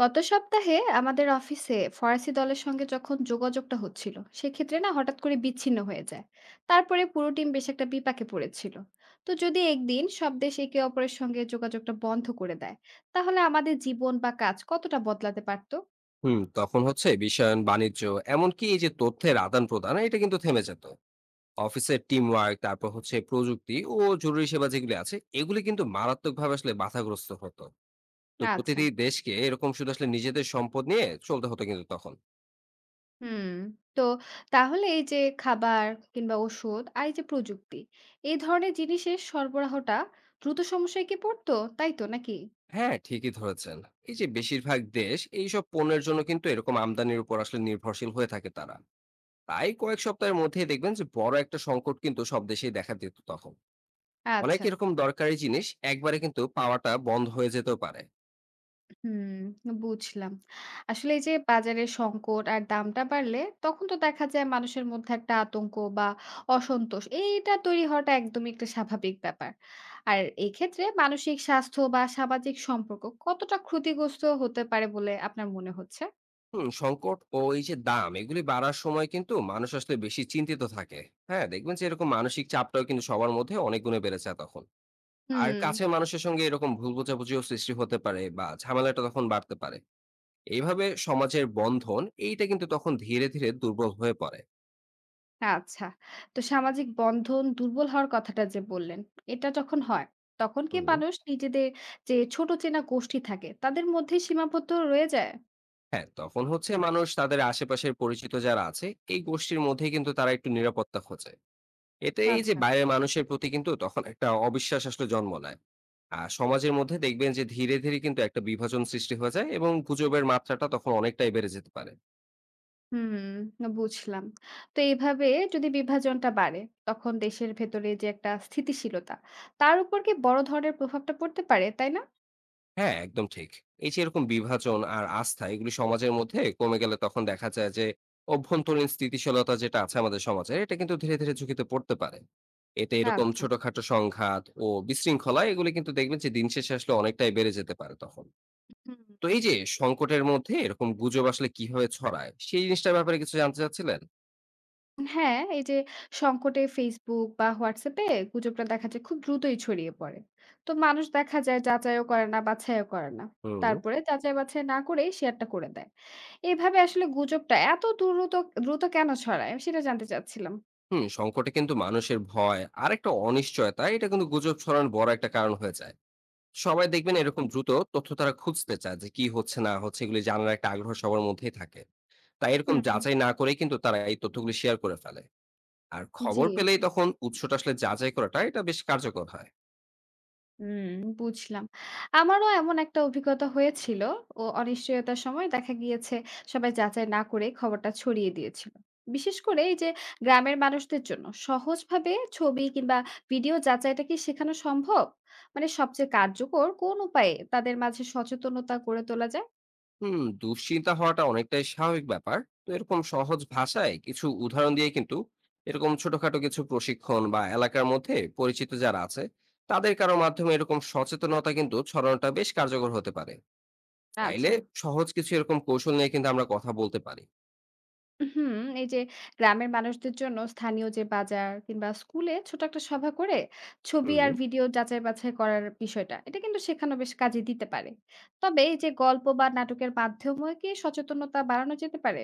গত সপ্তাহে আমাদের অফিসে ফরাসি দলের সঙ্গে যখন যোগাযোগটা হচ্ছিল সেক্ষেত্রে না হঠাৎ করে বিচ্ছিন্ন হয়ে যায়। তারপরে পুরো টিম বেশ একটা বিপাকে পড়েছিল। তো যদি একদিন সব দেশ একে অপরের সঙ্গে যোগাযোগটা বন্ধ করে দেয়, তাহলে আমাদের জীবন বা কাজ কতটা বদলাতে পারতো? হুম, তখন হচ্ছে বিশ্বায়ন বাণিজ্য এমনকি এই যে তথ্যের আদান প্রদান এটা কিন্তু থেমে যেত। অফিসের টিম ওয়ার্ক তারপর হচ্ছে প্রযুক্তি ও জরুরি সেবা যেগুলি আছে এগুলি কিন্তু মারাত্মকভাবে আসলে বাধাগ্রস্ত হতো। তো আচ্ছা। প্রতিটি দেশকে এরকম শুধু আসলে নিজেদের সম্পদ নিয়ে চলতে হতো কিন্তু তখন। হুম। তো তাহলে এই যে খাবার কিংবা ওষুধ আর এই যে প্রযুক্তি, এই ধরনের জিনিসের সরবরাহটা দ্রুত সমস্যায় কি পড়তো, তাই তো নাকি? হ্যাঁ, ঠিকই ধরেছেন। এই যে বেশিরভাগ দেশ এইসব পণ্যের জন্য কিন্তু এরকম আমদানির উপর আসলে নির্ভরশীল হয়ে থাকে তারা। তাই কয়েক সপ্তাহের মধ্যেই দেখবেন যে বড় একটা সংকট কিন্তু সব দেশেই দেখা দিত তখন। অনেক আচ্ছা। এরকম দরকারি জিনিস একবারে কিন্তু পাওয়াটা বন্ধ হয়ে যেতেও পারে। হুম, বুঝলাম। আসলে এই যে বাজারের সংকট আর দামটা বাড়লে তখন তো দেখা যায় মানুষের মধ্যে একটা আতঙ্ক বা অসন্তোষ এইটা তৈরি হওয়াটা একদমই একটা স্বাভাবিক ব্যাপার। আর এক্ষেত্রে মানসিক স্বাস্থ্য বা সামাজিক সম্পর্ক কতটা ক্ষতিগ্রস্ত হতে পারে বলে আপনার মনে হচ্ছে? হুম, সংকট ও এই যে দাম এগুলি বাড়ার সময় কিন্তু মানুষ আসলে বেশি চিন্তিত থাকে। হ্যাঁ, দেখবেন যে এরকম মানসিক চাপটাও কিন্তু সবার মধ্যে অনেক গুণে বেড়েছে তখন। আর হুম, কাছে মানুষের সঙ্গে এরকম ভুল বোঝাবুঝিও সৃষ্টি হতে পারে বা ঝামেলাটা তখন বাড়তে পারে। এইভাবে সমাজের বন্ধন এইটা কিন্তু তখন ধীরে ধীরে দুর্বল হয়ে পড়ে। আচ্ছা। তো সামাজিক বন্ধন দুর্বল হওয়ার কথাটা যে বললেন, এটা যখন হয় তখন কি হুম। মানুষ নিজেদের যে ছোট চেনা গোষ্ঠী থাকে তাদের মধ্যেই সীমাবদ্ধ রয়ে যায়? হ্যাঁ, তখন হচ্ছে মানুষ তাদের আশেপাশের পরিচিত যারা আছে এই গোষ্ঠীর মধ্যে কিন্তু তারা একটু নিরাপত্তা খোঁজে। এতে এই যে আচ্ছা। বাইরের মানুষের প্রতি কিন্তু তখন একটা অবিশ্বাস আসলে জন্ম নেয়। আর সমাজের মধ্যে দেখবেন যে ধীরে ধীরে কিন্তু একটা বিভাজন সৃষ্টি হয়ে যায় এবং গুজবের মাত্রাটা তখন অনেকটাই বেড়ে যেতে পারে। হুম, বুঝলাম। তো এইভাবে যদি বিভাজনটা বাড়ে, তখন দেশের ভেতরে যে একটা স্থিতিশীলতা, তার উপর কি বড় ধরনের প্রভাবটা পড়তে পারে, তাই না? হ্যাঁ, একদম ঠিক। এই যে এরকম বিভাজন আর আস্থা এগুলি সমাজের মধ্যে কমে গেলে তখন দেখা যায় যে অভ্যন্তরীণ স্থিতিশীলতা যেটা আছে আমাদের সমাজে এটা কিন্তু ধীরে ধীরে ঝুঁকিতে পড়তে পারে। এতে না, এরকম আচ্ছা। ছোটখাটো সংঘাত ও বিশৃঙ্খলা এগুলি কিন্তু দেখবেন যে দিন শেষে আসলে অনেকটাই বেড়ে যেতে পারে তখন। হুম। তো এই যে সংকটের মধ্যে এরকম গুজব আসলে কিভাবে ছড়ায় সেই জিনিসটার ব্যাপারে কিছু জানতে চাচ্ছিলেন। হ্যাঁ, এই যে সংকটে Facebook বা WhatsApp এ গুজবটা দেখা যায় খুব দ্রুতই ছড়িয়ে পড়ে। তো মানুষ দেখা যায় যাচাইও করে না, বাছাইও করে না। হুম। তারপরে যাচাই বাছাই না করেই শেয়ারটা করে দেয়। এভাবে আসলে গুজবটা এত দ্রুত দ্রুত কেন ছড়ায়? সেটা জানতে চাচ্ছিলাম। হুম, সংকটে কিন্তু মানুষের ভয় আর একটা অনিশ্চয়তা এটা কিন্তু গুজব ছড়ানোর বড় একটা কারণ হয়ে যায়। সবাই দেখবেন এরকম দ্রুত তথ্য তারা খুঁজতে চায় যে কি হচ্ছে না হচ্ছে এগুলি জানার একটা আগ্রহ সবার মধ্যেই থাকে। তাই এরকম হুম, যাচাই না করেই কিন্তু তারা এই তথ্যগুলি শেয়ার করে ফেলে। আর জি। খবর পেলেই তখন উৎসটা আসলে যাচাই করাটা এটা বেশ কার্যকর হয়। হুম, বুঝলাম। আমারও এমন একটা অভিজ্ঞতা হয়েছিল। ও অনিশ্চয়তার সময় দেখা গিয়েছে সবাই যাচাই না করে খবরটা ছড়িয়ে দিয়েছিল। বিশেষ করে এই যে গ্রামের মানুষদের জন্য সহজভাবে ছবি কিংবা ভিডিও যাচাইটা কি শেখানো সম্ভব? মানে সবচেয়ে কার্যকর কোন উপায়ে তাদের মাঝে সচেতনতা গড়ে তোলা যায়? হুম, দুশ্চিন্তা হওয়াটা অনেকটাই স্বাভাবিক ব্যাপার। তো এরকম সহজ ভাষায় কিছু উদাহরণ দিয়ে কিন্তু এরকম ছোটখাটো কিছু প্রশিক্ষণ বা এলাকার মধ্যে পরিচিত যারা আছে তাদের কারো মাধ্যমে এরকম সচেতনতা কিন্তু ছড়ানোটা বেশ কার্যকর হতে পারে। চাইলে আচ্ছা। সহজ কিছু এরকম কৌশল নিয়ে কিন্তু আমরা কথা বলতে পারি। হুম, এই যে গ্রামের মানুষদের জন্য স্থানীয় যে বাজার কিংবা স্কুলে ছোট একটা সভা করে ছবি হুম। আর ভিডিও যাচাই বাছাই করার বিষয়টা এটা কিন্তু শেখানো বেশ কাজে দিতে পারে। তবে এই যে গল্প বা নাটকের মাধ্যমে কি সচেতনতা বাড়ানো যেতে পারে?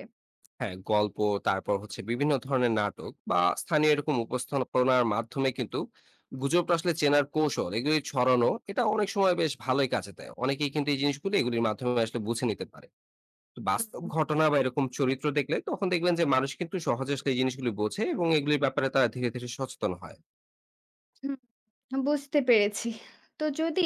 হ্যাঁ, গল্প তারপর হচ্ছে বিভিন্ন ধরনের নাটক বা স্থানীয় এরকম উপস্থাপনার মাধ্যমে কিন্তু গুজবটা আসলে চেনার কৌশল এগুলি ছড়ানো এটা অনেক সময় বেশ ভালোই কাজে দেয়। অনেকেই কিন্তু এই জিনিসগুলো এগুলির মাধ্যমে আসলে বুঝে নিতে পারে। বাস্তব হুম, ঘটনা বা এরকম চরিত্র দেখলে তখন দেখবেন যে মানুষ কিন্তু সহজে আসলে এই জিনিসগুলি বোঝে এবং এগুলির ব্যাপারে তারা ধীরে ধীরে সচেতন হয়। হুম, বুঝতে পেরেছি। তো যদি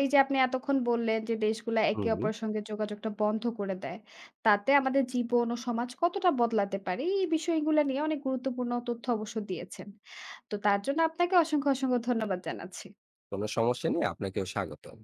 এই যে আপনি এতক্ষণ বললেন যে দেশগুলা একে হুম। অপরের সঙ্গে যোগাযোগটা বন্ধ করে দেয়, তাতে আমাদের জীবন ও সমাজ কতটা বদলাতে পারে এই বিষয়গুলো নিয়ে অনেক গুরুত্বপূর্ণ তথ্য অবশ্য দিয়েছেন। তো তার জন্য আপনাকে অসংখ্য, অসংখ্য ধন্যবাদ জানাচ্ছি। কোনো সমস্যা নেই, আপনাকেও স্বাগতম।